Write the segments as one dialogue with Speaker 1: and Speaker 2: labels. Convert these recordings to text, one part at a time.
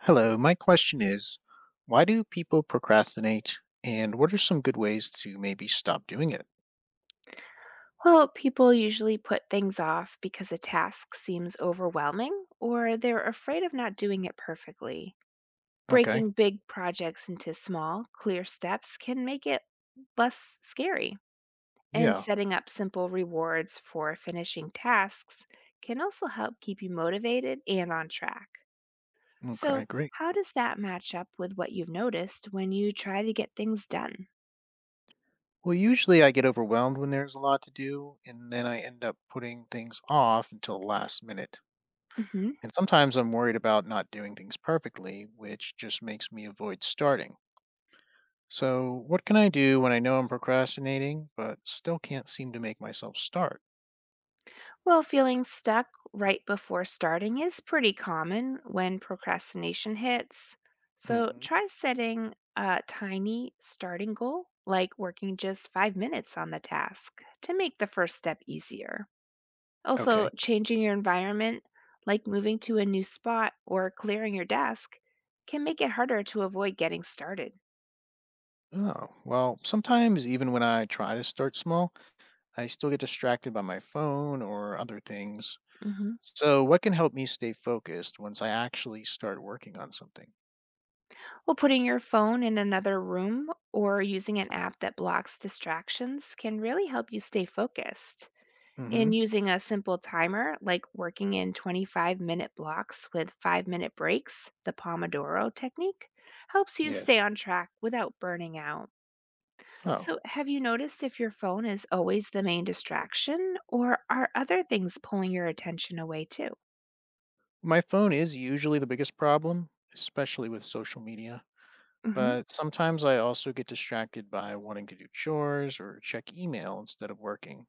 Speaker 1: Hello, my question is, why do people procrastinate and what are some good ways to maybe stop doing it?
Speaker 2: Well, people usually put things off because a task seems overwhelming or they're afraid of not doing it perfectly.
Speaker 1: Okay.
Speaker 2: Breaking big projects into small, clear steps can make it less scary. And
Speaker 1: Yeah.
Speaker 2: setting up simple rewards for finishing tasks can also help keep you motivated and on track.
Speaker 1: Okay,
Speaker 2: So,
Speaker 1: great.
Speaker 2: how does that match up with what you've noticed when you try to get things done?
Speaker 1: Well, usually I get overwhelmed when there's a lot to do, and then I end up putting things off until the last minute.
Speaker 2: Mhm.
Speaker 1: And sometimes I'm worried about not doing things perfectly, which just makes me avoid starting. So, what can I do when I know I'm procrastinating, but still can't seem to make myself start?
Speaker 2: Well, feeling stuck right before starting is pretty common when procrastination hits. So
Speaker 1: hmm
Speaker 2: try setting a tiny starting goal, like working just 5 minutes on the task, to make the first step easier. Also,
Speaker 1: Okay.
Speaker 2: changing your environment, like moving to a new spot or clearing your desk, can make it harder to avoid getting started.
Speaker 1: Oh, well, sometimes even when I try to start small, I still get distracted by my phone or other things.
Speaker 2: Mhm.
Speaker 1: So, what can help me stay focused once I actually start working on something?
Speaker 2: Well, putting your phone in another room or using an app that blocks distractions can really help you stay focused.
Speaker 1: Hmm.
Speaker 2: And using a simple timer, like working in 25-minute blocks with 5 minute breaks, the Pomodoro technique, helps you
Speaker 1: Yes.
Speaker 2: stay on track without burning out.
Speaker 1: Oh,
Speaker 2: So, have you noticed if your phone is always the main distraction, or are other things pulling your attention away too?
Speaker 1: my phone is usually the biggest problem, especially with social media.
Speaker 2: Hmm.
Speaker 1: But sometimes I also get distracted by wanting to do chores or check email instead of working.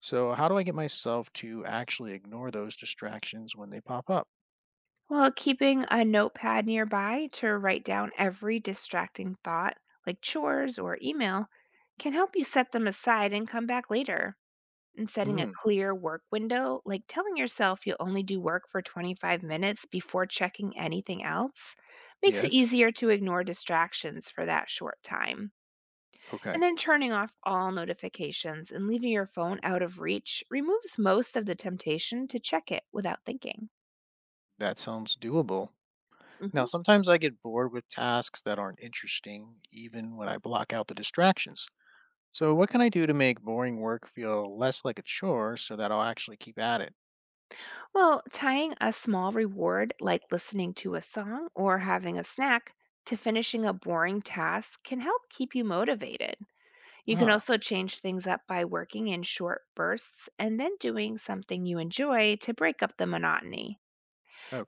Speaker 1: So, how do I get myself to actually ignore those distractions when they pop up?
Speaker 2: Well, keeping a notepad nearby to write down every distracting thought, like chores or email, can help you set them aside and come back later. And setting a
Speaker 1: Mm,
Speaker 2: clear work window, like telling yourself you'll only do work for 25 minutes before checking anything else, makes it
Speaker 1: yes.
Speaker 2: easier to ignore distractions for that short time. And
Speaker 1: Okay.
Speaker 2: then turning off all notifications and leaving your phone out of reach removes most of the temptation to check it without thinking.
Speaker 1: That sounds doable. Now,
Speaker 2: Mhm.
Speaker 1: sometimes I get bored with tasks that aren't interesting, even when I block out the distractions. So, what can I do to make boring work feel less like a chore so that I'll actually keep at it?
Speaker 2: Well, tying a small reward like listening to a song or having a snack to finishing a boring task can help keep you motivated. You can
Speaker 1: Ah,
Speaker 2: also change things up by working in short bursts and then doing something you enjoy to break up the monotony.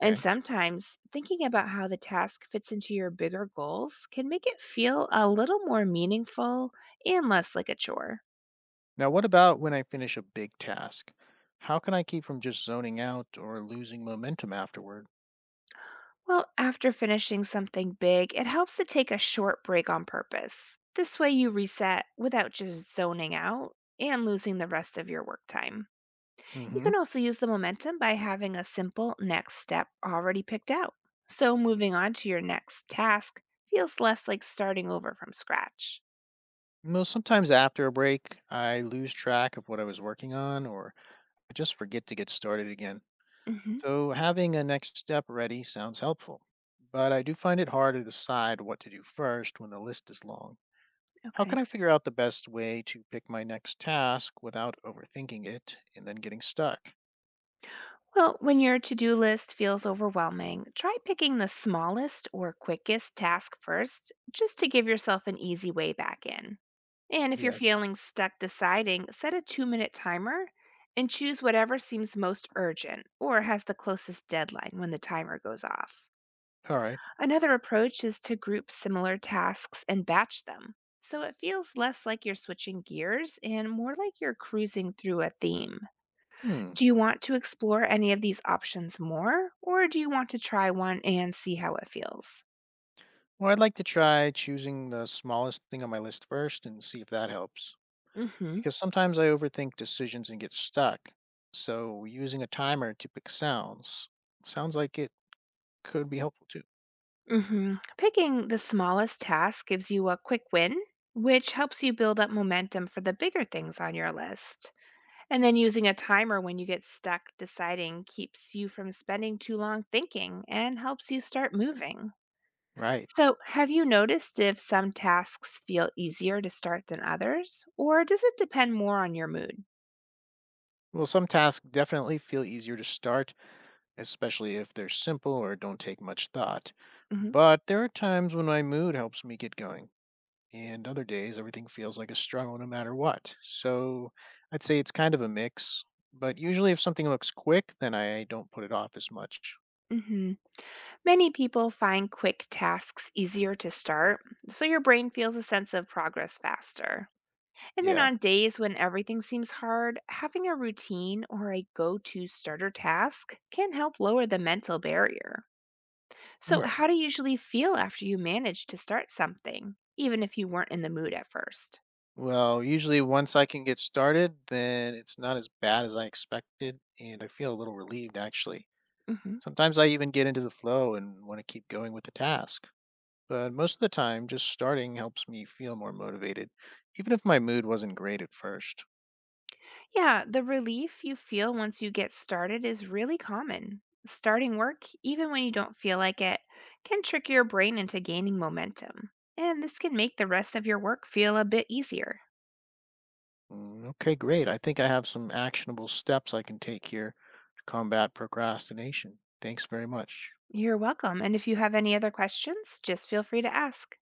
Speaker 2: And sometimes thinking about how the task fits into your bigger goals can make it feel a little more meaningful and less like a chore.
Speaker 1: Now, what about when I finish a big task? How can I keep from just zoning out or losing momentum afterward?
Speaker 2: Well, after finishing something big, it helps to take a short break on purpose. This way you reset without just zoning out and losing the rest of your work time. You
Speaker 1: Mm-hmm.
Speaker 2: can also use the momentum by having a simple next step already picked out. So moving on to your next task feels less like starting over from scratch.
Speaker 1: Well, sometimes after a break, I lose track of what I was working on, or I just forget to get started again.
Speaker 2: Hmm.
Speaker 1: So having a next step ready sounds helpful, but I do find it hard to decide what to do first when the list is long. How can
Speaker 2: Okay.
Speaker 1: I figure out the best way to pick my next task without overthinking it and then getting stuck?
Speaker 2: Well, when your to do list feels overwhelming, try picking the smallest or quickest task first just to give yourself an easy way back in. And if you're
Speaker 1: Yes.
Speaker 2: feeling stuck deciding, set a 2 minute timer and choose whatever seems most urgent or has the closest deadline when the timer goes off.
Speaker 1: All right.
Speaker 2: Another approach is to group similar tasks and batch them. So it feels less like you're switching gears and more like you're cruising through a theme.
Speaker 1: Hmm.
Speaker 2: Do you want to explore any of these options more, or do you want to try one and see how it feels?
Speaker 1: Well, I'd like to try choosing the smallest thing on my list first and see if that helps.
Speaker 2: Mhm.
Speaker 1: Because sometimes I overthink decisions and get stuck. So using a timer to pick sounds like it could be helpful too.
Speaker 2: Mhm. Picking the smallest task gives you a quick win, which helps you build up momentum for the bigger things on your list. And then using a timer when you get stuck deciding keeps you from spending too long thinking and helps you start moving.
Speaker 1: Right.
Speaker 2: So, have you noticed if some tasks feel easier to start than others, or does it depend more on your mood?
Speaker 1: Well, some tasks definitely feel easier to start, especially if they're simple or don't take much thought.
Speaker 2: Hmm.
Speaker 1: But there are times when my mood helps me get going, and other days everything feels like a struggle no matter what. So I'd say it's kind of a mix, but usually if something looks quick, then I don't put it off as much.
Speaker 2: Hmm. Many people find quick tasks easier to start, so your brain feels a sense of progress faster. And then
Speaker 1: Yeah,
Speaker 2: on days when everything seems hard, having a routine or a go to starter task can help lower the mental barrier.
Speaker 1: all
Speaker 2: So,
Speaker 1: right.
Speaker 2: how do you usually feel after you manage to start something, even if you weren't in the mood at first?
Speaker 1: Well, usually once I can get started, then it's not as bad as I expected, and I feel a little relieved actually.
Speaker 2: Hmm.
Speaker 1: Sometimes I even get into the flow and want to keep going with the task. But most of the time, just starting helps me feel more motivated, even if my mood wasn't great at first.
Speaker 2: Yeah, the relief you feel once you get started is really common. Starting work, even when you don't feel like it, can trick your brain into gaining momentum. And this can make the rest of your work feel a bit easier.
Speaker 1: Mm, okay, great. I think I have some actionable steps I can take here to combat procrastination. Thanks very much.
Speaker 2: You're welcome. And if you have any other questions, just feel free to ask.